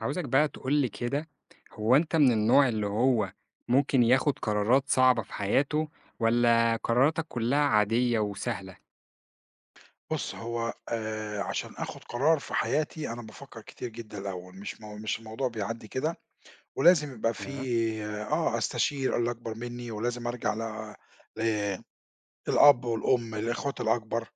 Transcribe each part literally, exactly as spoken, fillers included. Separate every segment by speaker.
Speaker 1: عاوزك بقى تقول لي كده، هو أنت من النوع اللي هو ممكن ياخد قرارات صعبة في حياته، والّا قراراتك كلها عادية وسهلة؟
Speaker 2: بُص، هو آآ عشان آخُد قرار في حياتي أنا بافكّر كتير جدًا الأول، مش مو مش الموضوع بيعدّي كده، ولازم يبقى في
Speaker 1: ياه!
Speaker 2: آه، أستشير اللي أكبر منّي ولازم أرجع ل ل الأب والأم، الإخوات الأكبر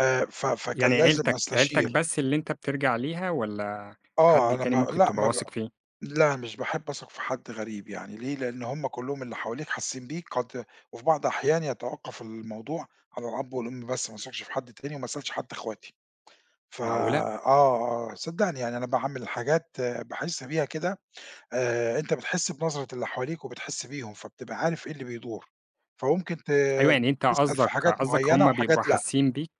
Speaker 2: آآ ف فكان
Speaker 1: يعني
Speaker 2: لازم
Speaker 1: عيلتك عيلتك
Speaker 2: أستشير.
Speaker 1: بس اللي أنت بترجع ليها والّا
Speaker 2: آه،
Speaker 1: حد
Speaker 2: أنا
Speaker 1: تاني
Speaker 2: ما
Speaker 1: ممكن
Speaker 2: لأ،
Speaker 1: تبقى
Speaker 2: ما ب
Speaker 1: واثق فيه؟
Speaker 2: لا، مش باحب أثق في حد غريب يعني ليه، لإن هم كُلّهم اللي حواليك حاسّين بيك قد، وفي بعض أحيان يتوقّف الموضوع على الأب والأم بس ما أثقش في حد تاني وما أسألش حتى إخواتي. ف
Speaker 1: معقولة!
Speaker 2: آه، آه، صدّقني يعني أنا باعمّل حاجات باحس بيها كده آآ، أنت بتحس بنظرة اللي حواليك وبتحس بيهم، فبتبقى عارف إيه اللي بيدور، فممكن ت
Speaker 1: أيوه يعني أنت
Speaker 2: تسأل في
Speaker 1: قصدك
Speaker 2: حاجات
Speaker 1: قصدك
Speaker 2: معيّنة
Speaker 1: هُم بيبقوا
Speaker 2: وحاجات لأ،
Speaker 1: حاسين بيك؟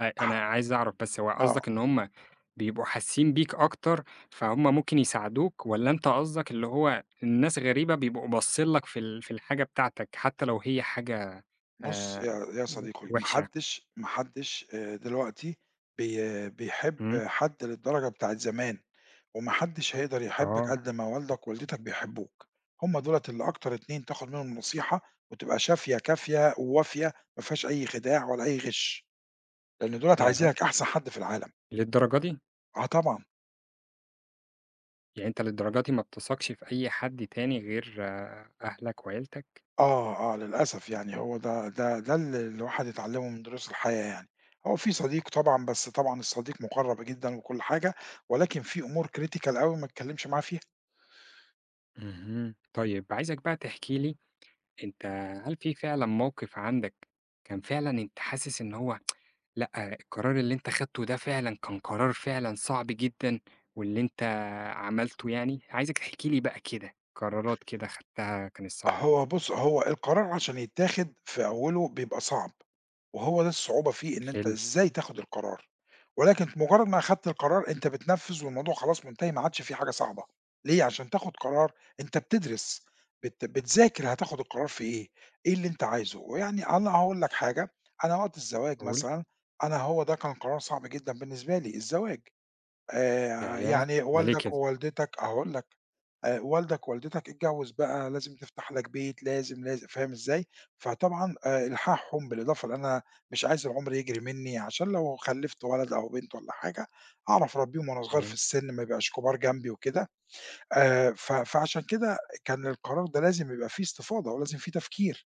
Speaker 1: أ
Speaker 2: ح
Speaker 1: أنا عايز أعرف بس هو
Speaker 2: آه،
Speaker 1: قصدك إن هُم بيبقوا حاسين بيك أكتر، فهُم ممكن يساعدوك، والّا أنت قصدك اللي هو الناس غريبة بيبقوا باصين لك في ال في الحاجة بتاعتك حتى لو هي حاجة
Speaker 2: بُص
Speaker 1: آآ
Speaker 2: يا يا
Speaker 1: و
Speaker 2: صديقي، ما
Speaker 1: وحشة؟
Speaker 2: حدّش ما حدّش آآ، دلوقتي بي بيحب
Speaker 1: إمم،
Speaker 2: حد للدرجة بتاعة زمان، وما حدش هيقدر يحبِّك
Speaker 1: آه،
Speaker 2: قد ما والدك ووالدتك بيحبّوك، هم دُولة اللي أكتر اتنين تاخد منهم نصيحة وتبقى شافية كافية ووافية ما فيهاش أي خداع ولا أي غِش، لإن دُولة
Speaker 1: ياه!
Speaker 2: عايزينك أحسن حد في العالم.
Speaker 1: للدرجة دي!
Speaker 2: آه طبعًا،
Speaker 1: يعني أنت للدرجة دي ما بتثقش في أي حد تاني غير آه، أهلك وعيلتك؟
Speaker 2: آه، آه للأسف يعني هو ده ده ده اللي الواحد يتعلّمه من دروس الحياة يعني. هو في صديق طبعًا، بس طبعًا الصديق مُقرّب جدًا وكل حاجة، ولكن في أمور critical أوي ما تتكلّمش معاه فيها.
Speaker 1: اهم، طيب عايزك بقى تحكي لي أنت هل في فعلًا موقف عندك كان فعلًا أنت حاسس إن هو لأ، القرار اللي أنت خدته ده فعلًا كان قرار فعلًا صعب جدًا واللي أنت عملته يعني؟ عايزك تحكي لي بقى كده قرارات كده خدتها كانت صعبة.
Speaker 2: هو بُص، هو القرار عشان يتاخد في أوله بيبقى صعب، وهو ده الصعوبة فيه إن أنت
Speaker 1: حلو،
Speaker 2: إزاي تاخد القرار، ولكن مجرد ما أخدت القرار أنت بتنفّذ والموضوع خلاص منتهي ما عادش فيه حاجة صعبة، ليه؟ عشان تاخد قرار أنت بتدرس، بت بتذاكر هتاخد القرار في إيه، إيه اللي أنت عايزه، ويعني أنا هاقول لك حاجة، أنا وقت الزواج
Speaker 1: قُل.
Speaker 2: مثلًا، أنا هو ده كان قرار صعب جدًا بالنسبة لي، الزواج.
Speaker 1: ده
Speaker 2: آآ
Speaker 1: ياه!
Speaker 2: يعني
Speaker 1: ده ليه
Speaker 2: والدك
Speaker 1: كده؟
Speaker 2: ووالدتك هاقول لك، آآ والدك ووالدتك اتجوّز بقى، لازم تفتح لك بيت، لازم، لازم، فاهم إزاي؟ فطبعًا آآ إلحاحهم بالإضافة لإن أنا مش عايز العُمر يجري منّي عشان لو خلّفت ولد أو بنت والّا حاجة، أعرف أربّيهم وأنا صغير في
Speaker 1: تمام.
Speaker 2: السِن ما يبقاش كُبار جنبي وكده، آآ ف فعشان كده كان القرار ده لازم يبقى فيه استفاضة ولازم فيه تفكير.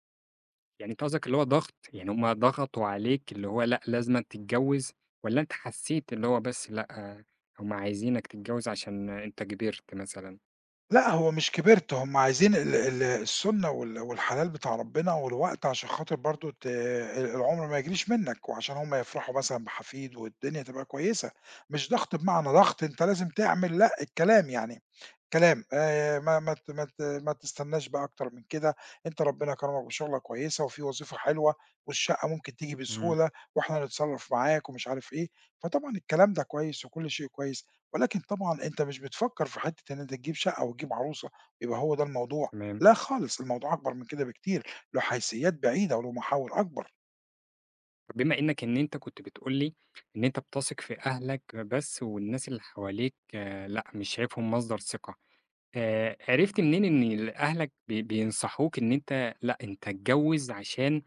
Speaker 1: يعني أنت قصدك اللي هو ضغط، يعني هم ضغطوا عليك اللي هو لأ، لازمًا تتجوّز والّا أنت حسيت اللي هو بس لأ، هم عايزينك تتجوّز عشان أنت كبرت مثلًا؟
Speaker 2: لأ، هو مش كبرت، هم عايزين ال ال السُنّة وال والحلال بتاع ربنا والوقت عشان خاطر برضه ت العُمر ما يجريش منّك، وعشان هم يفرحوا مثلًا بحفيد والدنيا تبقى كويسة، مش ضغط بمعنى ضغط أنت لازم تعمل لأ، الكلام يعني كلام، آآ ما ما ت ما ت ما تستناش بقى أكتر من كده، أنت ربنا كرمك بشُغلة كويسة وفي وظيفة حلوة والشقّة ممكن تيجي
Speaker 1: إمم.
Speaker 2: بسهولة، وإحنا هنتصرّف معاك ومش عارف إيه، فطبعًا الكلام ده كويس وكل شيء كويس. ولكن طبعًا أنت مش بتفكّر في حتّة إن أنت تجيب شقة وتجيب عروسة، يبقى هو ده الموضوع،
Speaker 1: تمام.
Speaker 2: لا خالص، الموضوع أكبر من كده بكتير، له حيثيات بعيدة وله محاور أكبر.
Speaker 1: بما إنك إن أنت كنت بتقول لي إن أنت بتثق في أهلك بس والناس اللي حواليك آآ لأ، مش شايفهم مصدر ثقة، آآ عرفت منين إن ال أهلك بي بينصحوك إن أنت لأ، أنت اتجوّز عشان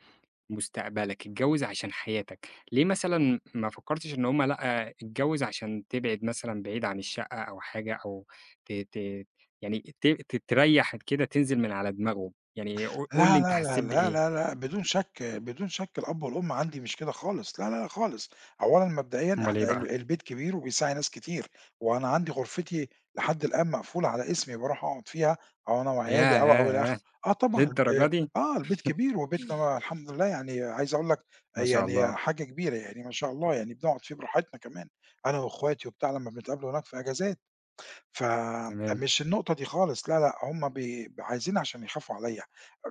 Speaker 1: مستقبلك، اتجوّز عشان حياتك، ليه مثلًا ما فكّرتش إن هم لأ، آه، اتجوّز عشان تبعد مثلًا بعيد عن الشقة أو حاجة أو ت ت يعني ت ت تريّح كده تنزل من على دماغهم، يعني قو قُل لي
Speaker 2: لا،
Speaker 1: أنت
Speaker 2: لا، لا،
Speaker 1: حسّيت
Speaker 2: لا،
Speaker 1: بإيه؟
Speaker 2: لا، لأ، بدون شَك، بدون شَك الأب والأم عندي مش كده خالص، لا، لا، لا خالص، أولًا مبدئيًا
Speaker 1: أومال إيه
Speaker 2: إحنا
Speaker 1: بقى؟
Speaker 2: ال البيت كبير وبيساعي ناس كتير، وأنا عندي غرفتي لحد الآن مقفولة على اسمي باروح أقعد فيها أو أنا وعيالي أو، أو إلى
Speaker 1: ياه!
Speaker 2: آخره، آه طبعًا، ب
Speaker 1: للدرجة دي؟!
Speaker 2: آه البيت كبير وبيتنا الحمد لله يعني عايز أقول لك
Speaker 1: ما شاء
Speaker 2: يعني
Speaker 1: الله،
Speaker 2: حاجة كبيرة يعني ما شاء الله يعني بنقعد فيه براحتنا كمان، أنا وأخواتي وبتاع لمّا بنتقابلوا هناك في إجازات.
Speaker 1: تمام،
Speaker 2: فمش النقطة دي خالص، لا، لأ، هُم بي عايزين عشان يخافوا عليَّ.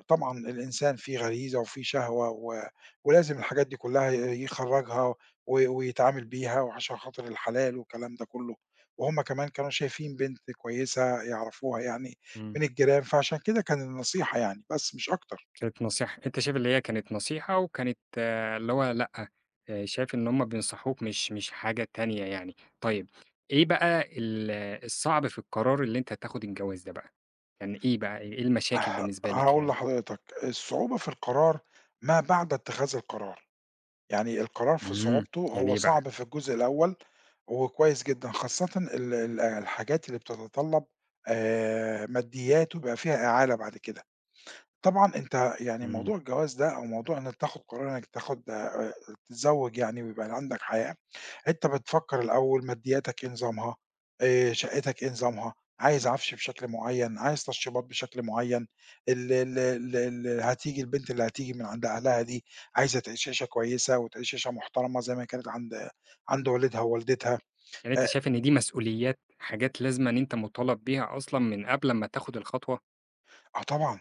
Speaker 2: طبعًا الإنسان فيه غريزة وفيه شهوة، و ولازم الحاجات دي كلّها ي يخرّجها، و ويتعامل بيها وعشان خاطر الحلال والكلام ده كلّه، وهُم كمان كانوا شايفين بنت كويسة يعرفوها يعني
Speaker 1: إمم،
Speaker 2: من الجيران، فعشان كده كان النصيحة يعني، بس مش أكتر.
Speaker 1: كانت نصيحة أنت شايف اللي هي كانت نصيحة وكانت آه، اللي هو لأ، آآ شايف إن هُم بينصحوك مش مش حاجة تانية يعني، طيب إيه بقى ال الصعب في القرار اللي أنت تاخد الجواز ده بقى؟ كان إيه بقى، إيه المشاكل
Speaker 2: ه
Speaker 1: بالنسبة لك
Speaker 2: هاقول
Speaker 1: يعني؟
Speaker 2: لحضرتك، الصعوبة في القرار ما بعد اتخاذ القرار. يعني القرار في
Speaker 1: إمم،
Speaker 2: صعوبته
Speaker 1: يعني
Speaker 2: هو
Speaker 1: إيه بقى؟
Speaker 2: صعب في الجزء الأول، هو كويس جدًا خاصةً ال ال الحاجات اللي بتتطلب آآ ماديات وبيبقى فيها إعالة بعد كده. طبعًا أنت يعني
Speaker 1: إمم،
Speaker 2: موضوع الجواز ده أو موضوع إنك تاخد قرار إنك تاخد آآ تتزوج يعني ويبقى عندك حياة، أنت بتفكّر الأول مادياتك إيه نظامها، آآ شقتك إيه نظامها، عايز عفش بشكل معيّن، عايز تشطيبات بشكل معيّن، ال ال ال ال هتيجي البنت اللي هتيجي من عند أهلها دي عايزة تعيش عيشة كويسة وتعيش عيشة محترمة زي ما كانت عند عند والدها ووالدتها،
Speaker 1: يعني أنت
Speaker 2: آآ
Speaker 1: شايف إن دي مسؤوليات، حاجات لازمًا أنت مُطالب بيها أصلًا من قبل أمّا تاخد الخطوة،
Speaker 2: آه طبعًا،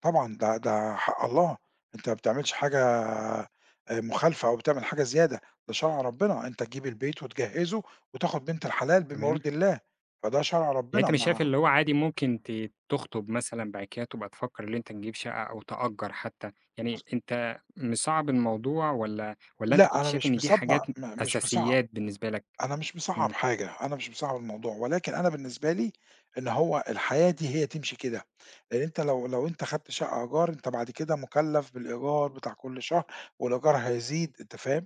Speaker 2: طبعًا ده ده حق الله، أنت ما بتعملش حاجة آآ مخالفة أو بتعمل حاجة زيادة، ده شرع ربنا، أنت تجيب البيت وتجهّزه وتاخد بنت الحلال بما
Speaker 1: تمام؟
Speaker 2: يرضي الله، فده شرع
Speaker 1: يعني أنت
Speaker 2: ربنا
Speaker 1: مش شايف
Speaker 2: ما،
Speaker 1: اللي هو عادي ممكن ت تخطب مثلًا بعد كده تبقى تفكّر اللي أنت تجيب شقة أو تأجّر حتى، يعني أنت مصعّب الموضوع والّا والّا أنت
Speaker 2: لأ،
Speaker 1: كنت
Speaker 2: أنا
Speaker 1: شايف
Speaker 2: مش
Speaker 1: إن دي حاجات
Speaker 2: مصبّع م مش مصعّب
Speaker 1: أساسيات بالنسبة لك؟
Speaker 2: أنا مش مصعّب
Speaker 1: إمم،
Speaker 2: حاجة، أنا مش مصعّب الموضوع، ولكن أنا بالنسبة لي إن هو الحياة دي هي تمشي كده، لإن أنت لو لو أنت خدت شقة إيجار، أنت بعد كده مُكلّف بالإيجار بتاع كل شهر، والإيجار هيزيد، أنت فاهم؟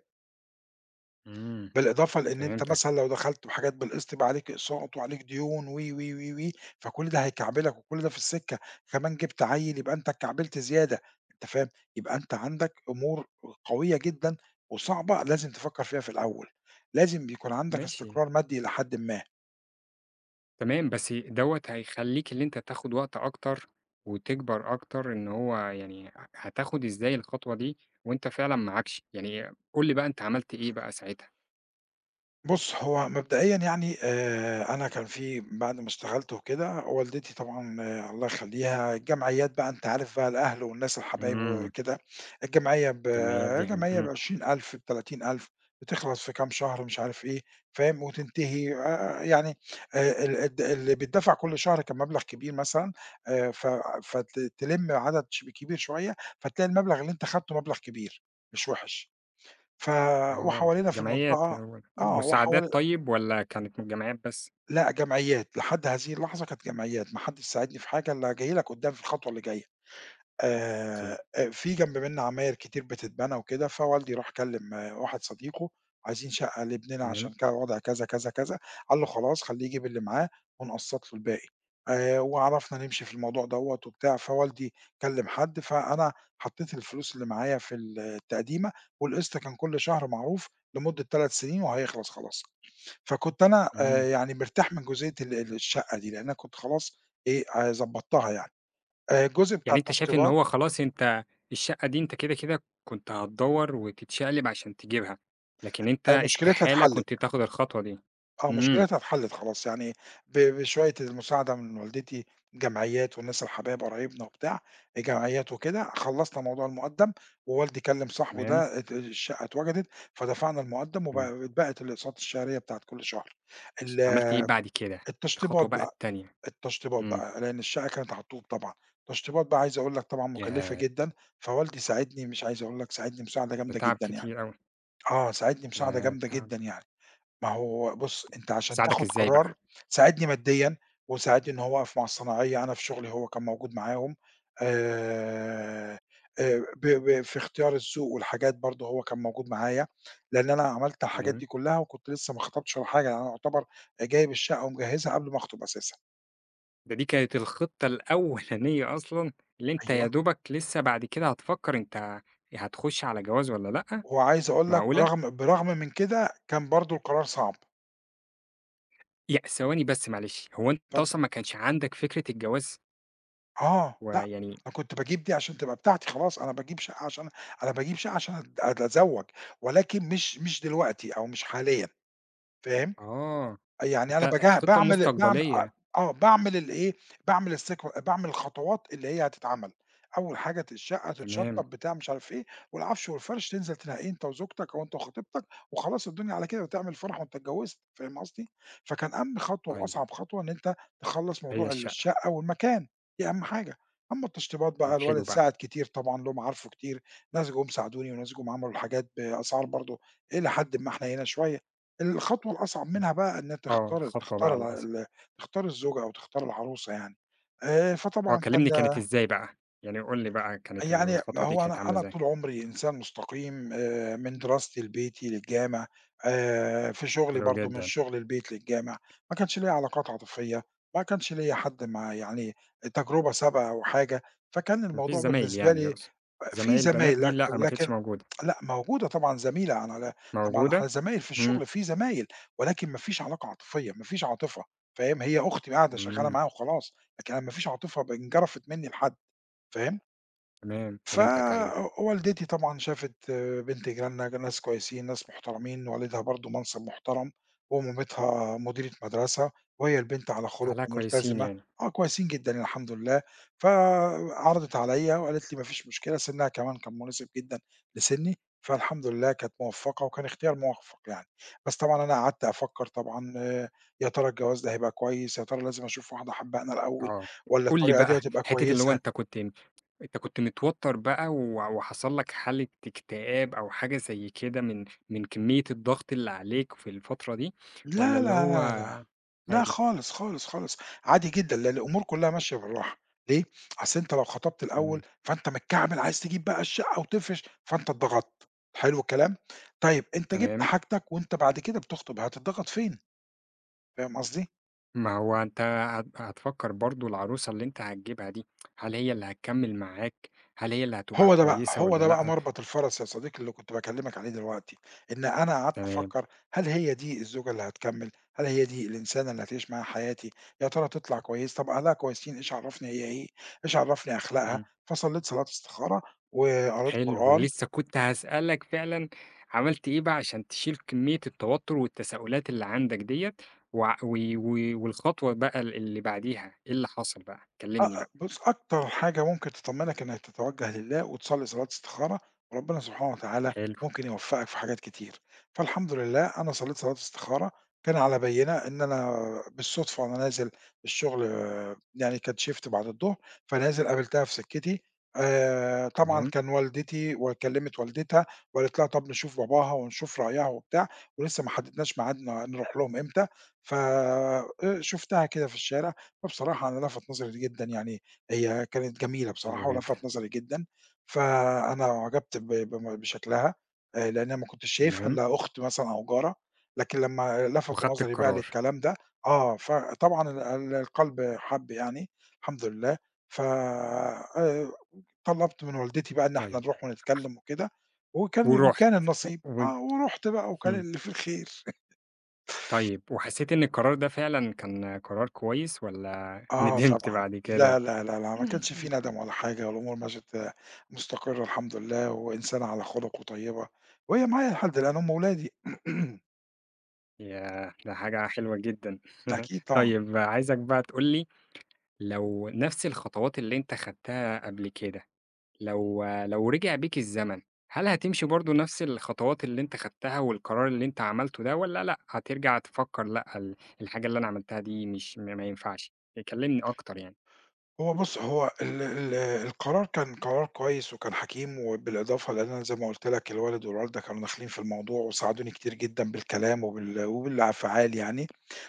Speaker 1: إمم،
Speaker 2: بالإضافة لإن أنت
Speaker 1: فهمتك،
Speaker 2: مثلًا لو دخلت بحاجات بالقسط يبقى عليك أقساط وعليك ديون و، و، و، و، فكل ده هيكعبلك وكل ده في السكة، كمان جبت عيّل يبقى أنت اتكعبلت زيادة، أنت فاهم؟ يبقى أنت عندك أمور قوية جدًا وصعبة لازم تفكّر فيها في الأول، لازم بيكون عندك
Speaker 1: ماشي،
Speaker 2: استقرار مادي إلى حدٍ ما.
Speaker 1: تمام، بس دوّة هيخلّيك اللي أنت تاخد وقت أكتر وتكبر أكتر، إن هو يعني ه هتاخد إزاي الخطوة دي وأنت فعلًا معاكش، يعني قُل لي بقى أنت عملت إيه بقى ساعتها؟
Speaker 2: بُص، هو مبدئيًا يعني آآ، أنا كان في بعد ما اشتغلت وكده، والدتي طبعًا آه، الله يخلّيها الجمعيات بقى أنت عارف بقى الأهل والناس الحبايب
Speaker 1: إمم،
Speaker 2: وكده، الجمعية
Speaker 1: الجمعيات
Speaker 2: بجمعيه
Speaker 1: دي
Speaker 2: ب
Speaker 1: حلوة،
Speaker 2: جمعية
Speaker 1: إمم.
Speaker 2: بعشرين ألف بتلاتين ألف بتخلص في كام شهر مش عارف إيه، فاهم؟ وتنتهي آآ، يعني آآ، ال الد اللي بيتدفع كل شهر كان مبلغ كبير مثلًا، آآ، ف فت تلِم عدد ش كبير شوية، فتلاقي المبلغ اللي أنت خدته مبلغ كبير مش وِحِش. ف
Speaker 1: آه،
Speaker 2: وحوالينا في
Speaker 1: جمعيات
Speaker 2: المنطقة
Speaker 1: هو
Speaker 2: آه، وحوا
Speaker 1: مساعدات طيب والّا كانت من جمعيات بس؟
Speaker 2: لأ، جمعيات، لحد هذه اللحظة كانت جمعيات، ما حدش ساعدني في حاجة، اللي هاجي لك قدّام في الخطوة اللي جاية. آآ،
Speaker 1: أوكي،
Speaker 2: أ في جنب منّا عماير كتير بتتبنى وكده، فوالدي راح كلّم آه، واحد صديقه، "عايزين شقة لابننا
Speaker 1: تمام،
Speaker 2: عشان ك وضع كذا، كذا، كذا." قال له: "خلاص، خلّيه يجيب اللي معاه ونقسّط له الباقي." آآ، وعرفنا نمشي في الموضوع دوّة وبتاع، فوالدي كلّم حد، فأنا حطّيت الفلوس اللي معايا في التقديمة، والقسط كان كل شهر معروف لمدة 3 سنين وهيخلص خلاص. فكنت أنا
Speaker 1: إمم،
Speaker 2: آآ يعني مرتاح من جزئية ال ال الشقة دي، لإن أنا كنت خلاص إيه، آآ ضبّطتها يعني. آآ الجزء بتاع
Speaker 1: يعني أنت شايف إن
Speaker 2: التشطيبات،
Speaker 1: هو خلاص أنت الشقة دي أنت كده، كده كنت هتدوّر وتتشقلب عشان تجيبها، لكن أنت
Speaker 2: آآ مشكلتها
Speaker 1: استحالة
Speaker 2: اتحلّت،
Speaker 1: كنت تاخد الخطوة دي،
Speaker 2: آه،
Speaker 1: إمم،
Speaker 2: مشكلتها اتحلّت خلاص، يعني ب بشوية المساعدة من والدتي، جمعيات والناس الحبايب قرايبنا وبتاع، جمعيات وكده، خلّصنا موضوع المُقدّم ووالدي كلّم صاحبه
Speaker 1: تمام،
Speaker 2: ده ات الشقة اتوجدت، فدفعنا المُقدّم وب
Speaker 1: إمم،
Speaker 2: اتبقت الأقساط الشهرية بتاعة كل شهر. ال
Speaker 1: عملت إيه بعد كده؟ الخطوة
Speaker 2: التشطيبات
Speaker 1: بقى
Speaker 2: بقى.
Speaker 1: التانية،
Speaker 2: التشطيبات
Speaker 1: إمم،
Speaker 2: بقى، لإن الشقة كانت على الطوب طبعًا، التشطيبات بقى عايز أقول لك طبعًا مُكلّفة
Speaker 1: ياه!
Speaker 2: جدًا، فوالدي ساعدني مش عايز أقول لك ساعدني مساعدة
Speaker 1: ده
Speaker 2: جامدة
Speaker 1: تعب
Speaker 2: جدًا يعني،
Speaker 1: كتير أوي،
Speaker 2: آه، ساعدني مساعدة
Speaker 1: ده
Speaker 2: جامدة
Speaker 1: تعب،
Speaker 2: جدًا يعني، ما هو بُص
Speaker 1: إمم،
Speaker 2: أنت عشان
Speaker 1: ساعدك
Speaker 2: تاخد
Speaker 1: إزاي
Speaker 2: قرار
Speaker 1: بقى؟
Speaker 2: ساعدني ماديًا، وساعدني إن هو وقف مع الصنايعية أنا في شغلي هو كان موجود معاهم، آآ، آآ ب ب في اختيار السوق والحاجات برضه هو كان موجود معايا، لإن أنا عملت الحاجات
Speaker 1: تمام.
Speaker 2: دي كلّها وكنت لسه ما خطبتش ولا حاجة، يعني أنا يعتبر جايب الشقة ومجهّزها قبل ما أخطب أساسًا،
Speaker 1: ده دي كانت الخطة الأولانية أصلًا، اللي أنت يا
Speaker 2: أيوه.
Speaker 1: دوبك لسه بعد كده هتفكّر أنت هتخش على جواز والّا لأ،
Speaker 2: وعايز أقول لك
Speaker 1: معقولة!
Speaker 2: برغم برغم من كده كان برضه القرار صعب،
Speaker 1: يع ثواني بس معلش، هو أنت
Speaker 2: فأنت
Speaker 1: أصلًا ما كانش عندك فكرة الجواز؟
Speaker 2: آه، لأ،
Speaker 1: ويعني
Speaker 2: أنا كنت باجيب دي عشان تبقى بتاعتي خلاص، أنا باجيب شقة عشان أنا باجيب شقة عشان أت أتزوّج، ولكن مش مش دلوقتي أو مش حاليًا، فاهم؟
Speaker 1: آه،
Speaker 2: يعني أنا
Speaker 1: أنت
Speaker 2: باجه
Speaker 1: خطة
Speaker 2: باعمل باعم أ
Speaker 1: مستقبلية،
Speaker 2: آه، باعمل الإيه، باعمل السكو باعمل الخطوات اللي هي هتتعمل، أول حاجة ت الشقة
Speaker 1: تمام،
Speaker 2: تتشطّب بتاع مش عارف إيه، والعفش والفرش تنزل تنقّيه أنت وزوجتك أو أنت وخطيبتك، وخلاص الدنيا على كده وتعمل فرح وأنت اتجوّزت، فاهم قصدي؟ فكان أهم خطوة
Speaker 1: طيب
Speaker 2: وأصعب خطوة إن أنت تخلّص
Speaker 1: هي
Speaker 2: موضوع
Speaker 1: الشقة،
Speaker 2: الشقة والمكان، دي أهم حاجة، أمّا التشطيبات
Speaker 1: طيب
Speaker 2: بقى
Speaker 1: حلو
Speaker 2: الولد
Speaker 1: بقى،
Speaker 2: ساعد كتير طبعًا لهم عارفه كتير، ناس جُم ساعدوني وناس جُم عملوا الحاجات بأسعار برضه إلى حدٍ ما حنيّنة شوية. الخطوة الأصعب منها بقى إن
Speaker 1: آه،
Speaker 2: تختار
Speaker 1: الخطوة بقى
Speaker 2: تختار الع
Speaker 1: الأصل
Speaker 2: ال تختار الزوجة أو تختار العروسة يعني، آآ،
Speaker 1: آه،
Speaker 2: فطبعًا كان
Speaker 1: كلّمني كانت
Speaker 2: ده،
Speaker 1: إزاي بقى؟ يعني قُل لي بقى كانت
Speaker 2: يعني
Speaker 1: الخطوة دي
Speaker 2: هو
Speaker 1: كانت
Speaker 2: أنا
Speaker 1: عاملة
Speaker 2: أنا
Speaker 1: إزاي؟
Speaker 2: طول عمري إنسان مستقيم، آآ، من دراستي لبيتي للجامع، آآ، في شغلي
Speaker 1: حلو
Speaker 2: برضه من
Speaker 1: جدًا،
Speaker 2: شغل البيت للجامع، ما كانش ليّا علاقات عاطفية، ما كانش ليّا حد مع يعني تجربة سابقة أو حاجة، فكان
Speaker 1: ما فيش
Speaker 2: الموضوع
Speaker 1: زمايل
Speaker 2: بالنسبة
Speaker 1: يعني
Speaker 2: لي،
Speaker 1: يقصد،
Speaker 2: في
Speaker 1: زمايل بنات
Speaker 2: زمايل
Speaker 1: دي
Speaker 2: لك
Speaker 1: لأ ما كانتش
Speaker 2: لكن،
Speaker 1: موجودة،
Speaker 2: لأ موجودة طبعًا زميلة على على طبعًا إحنا
Speaker 1: موجودة؟
Speaker 2: زمايل في
Speaker 1: إمم.
Speaker 2: الشغل، في زمايل، ولكن ما فيش علاقة عاطفية، ما فيش عاطفة، فاهم؟ هي أختي قاعدة شغّالة
Speaker 1: إمم،
Speaker 2: معايا وخلاص، لكن أنا ما فيش عاطفة ب انجرفت منّي لحد، فاهم؟
Speaker 1: تمام
Speaker 2: ف
Speaker 1: فهمتك أيوه،
Speaker 2: والدتي طبعًا شافت آه، بنت جيراننا ناس كويسين، ناس محترمين، والدها برضه منصب محترم، ومامتها مديرة مدرسة، وهي البنت على خُلُق
Speaker 1: أهلها كويسين
Speaker 2: وملتزمة،
Speaker 1: يعني،
Speaker 2: آه كويسين جدًا الحمد لله، فعرضِت عليَّ وقالت لي: "ما فيش مشكلة." سِنّها كمان كان مناسب جدًا لسِنّي، فالحمد لله كانت موفّقة وكان اختيار موفّق يعني. بس طبعًا أنا قعدت أفكّر طبعًا، آه، يا ترى الجواز ده هيبقى كويس، يا ترى لازم أشوف واحدة أحبها أنا الأول
Speaker 1: آه،
Speaker 2: والّا
Speaker 1: قُل لي
Speaker 2: الطريقة دي
Speaker 1: بقى
Speaker 2: هتبقى
Speaker 1: حتّة اللي هو
Speaker 2: كويسة؟
Speaker 1: أنت كنت أنت كنت متوتر بقى و وحصل لك حالة اكتئاب أو حاجة زي كده من من كمية الضغط اللي عليك في الفترة دي، والّا
Speaker 2: لا،
Speaker 1: اللي هو
Speaker 2: لا، لا، لا، لا
Speaker 1: عادي؟
Speaker 2: خالص، خالص، خالص، عادي جدًا، لأن الأمور كلّها ماشية بالراحة، ليه؟ أصل أنت لو خطبت
Speaker 1: إمم،
Speaker 2: الأول فأنت متكعبل عايز تجيب بقى الشقة وتفرش، فأنت اتضغطت، حلو الكلام؟ طيب أنت جبت
Speaker 1: تمام،
Speaker 2: حاجتك وأنت بعد كده بتخطب هتتضغط فين؟ فاهم قصدي؟
Speaker 1: ما هو أنت هت هتفكّر برضه العروسة اللي أنت هتجيبها دي، هل هي اللي هتكمّل معاك، هل هي اللي هتبقى
Speaker 2: هو ده بقى،
Speaker 1: كويسة
Speaker 2: هو
Speaker 1: والّا
Speaker 2: ده بقى
Speaker 1: لأ؟
Speaker 2: مربط الفَرَس يا صديقي اللي كنت باكلّمك عليه دلوقتي، إن أنا قعدت
Speaker 1: تمام،
Speaker 2: أفكّر هل هي دي الزوجة اللي هتكمّل، هل هي دي الإنسانة اللي هتعيش معاها حياتي، يا ترى تطلع كويس، طَب أهلها كويسين إيش عرّفني هي إيه، إيش عرّفني أخلاقها،
Speaker 1: إمم.
Speaker 2: فصلّيت صلاة استخارة وقريت
Speaker 1: حلو،
Speaker 2: قرآن.
Speaker 1: لسه كنت هاسألك فعلًا عملت إيه بقى عشان تشيل كمية التوتر والتساؤلات اللي عندك ديّة، وع و و والخطوة بقى ال اللي بعديها، إيه اللي حصل بقى؟
Speaker 2: أ
Speaker 1: كلمني
Speaker 2: أ
Speaker 1: بقى.
Speaker 2: بُص، أكتر حاجة ممكن تطمّنك إنك تتوجّه لله وتصلّي صلاة استخارة، وربنا سبحانه وتعالى
Speaker 1: حلو،
Speaker 2: ممكن يوفّقك في حاجات كتير. فالحمد لله أنا صلّيت صلاة استخارة، كان على بينة إن أنا بالصدفة وأنا نازل الشغل، آه، يعني كان shift بعد الضهر، فنازل قابلتها في سكّتي، آآ طبعًا
Speaker 1: تمام،
Speaker 2: كان والدتي وكلّمِت والدتها وقالت لها طَب نشوف باباها ونشوف رأيها وبتاع، ولسّه ما حدّدناش ميعاد ن نروح لهم إمتى، ف آآ شُفتها كده في الشارع، فبصراحة أنا لَفَت نظري جدًا يعني، هي كانت جميلة
Speaker 1: حلو
Speaker 2: بصراحة
Speaker 1: جدًا،
Speaker 2: ولَفَت نظري جدًا، فأنا أُعجبت ب بم بشكلها، آآ، لإن أنا ما كنتش شايفها
Speaker 1: تمام،
Speaker 2: إلا أخت مثلًا أو جارة، لكن لمّا لَفَتوا
Speaker 1: وخدت
Speaker 2: نظري بقى
Speaker 1: القرار،
Speaker 2: للكلام ده، آه، فطبعًا ال ال القلب حَب يعني الحمد لله، ف آآ، طلّبت من والدتي بقى إن إحنا
Speaker 1: طيب
Speaker 2: نروح
Speaker 1: ح
Speaker 2: ونتكلم وكده، وكان
Speaker 1: ورُحت
Speaker 2: وكان النصيب،
Speaker 1: و
Speaker 2: آه، ورُحت بقى وكان
Speaker 1: إمم،
Speaker 2: اللي فيه الخير.
Speaker 1: طيب وحسيت إن القرار ده فعلًا كان قرار كويس والّا
Speaker 2: آه
Speaker 1: ندمت
Speaker 2: طبعًا،
Speaker 1: بعد
Speaker 2: لا،
Speaker 1: كده؟
Speaker 2: لا، لا، لا، ما كانش في ندم ولا حاجة، والأمور مشت مستقرة الحمد لله، وإنسانة على خُلُق وطيبة، وهي معايا لحد الآن، هُم ولادي
Speaker 1: ياه! ده حاجة حلوة جدًا.
Speaker 2: أكيد طبعًا.
Speaker 1: طيب عايزك بقى تقول لي لو نفس الخطوات اللي أنت خدتها قبل كده، لو لو رجع بيك الزمن، هل هتمشي برضه نفس الخطوات اللي أنت خدتها والقرار اللي أنت عملته ده والّا لأ، هترجع تفكّر لأ ال الحاجة اللي أنا عملتها دي مش ما ما ينفعش؟ كلّمني أكتر يعني.
Speaker 2: هو بُص، هو ال ال القرار كان قرار كويس وكان حكيم، وبالإضافة لإن أنا زي ما قُلت لك الوالد والوالدة كانوا داخلين في الموضوع وساعدوني كتير جدًا بالكلام وبال وبالأفعال يعني،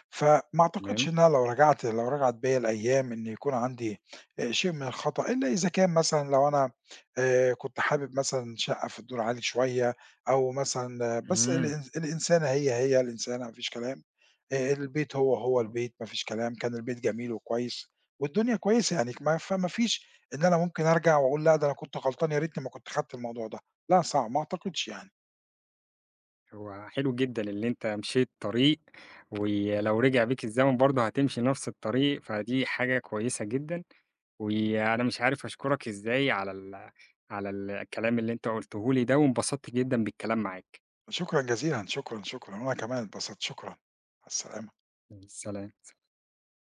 Speaker 2: فما أعتقدش
Speaker 1: تمام.
Speaker 2: إن أنا لو رجعت لو رجعت بيّا الأيام إن يكون عندي آآ شيء من الخطأ، إلا إذا كان مثلًا لو أنا آآ كنت حابب مثلًا شقة في الدور عالي شوية أو مثلًا، آه، بس
Speaker 1: إمم.
Speaker 2: الإن الإنسانة هي، هي الإنسانة ما فيش كلام، آآ البيت هو، هو
Speaker 1: آه.
Speaker 2: البيت ما فيش كلام، كان البيت جميل وكويس. والدنيا كويسة يعني ما فما فيش إن أنا ممكن أرجع وأقول لأ، ده أنا كنت غلطان يا ريتني ما كنت خدت الموضوع ده، لأ صعب، ما أعتقدش يعني.
Speaker 1: هو حلو جدًا اللي أنت مشيت طريق، ولو رجع بيك الزمن برضه هتمشي نفس الطريق، فدي حاجة كويسة جدًا، وأنا مش عارف أشكرك إزاي على ال على الكلام اللي أنت قُلته لي ده، وانبسطت جدًا بالكلام معاك.
Speaker 2: شكرًا جزيلًا، شكرًا، شكرًا، وأنا كمان اتبسطت، شكرًا، مع السلامة.
Speaker 1: سلام.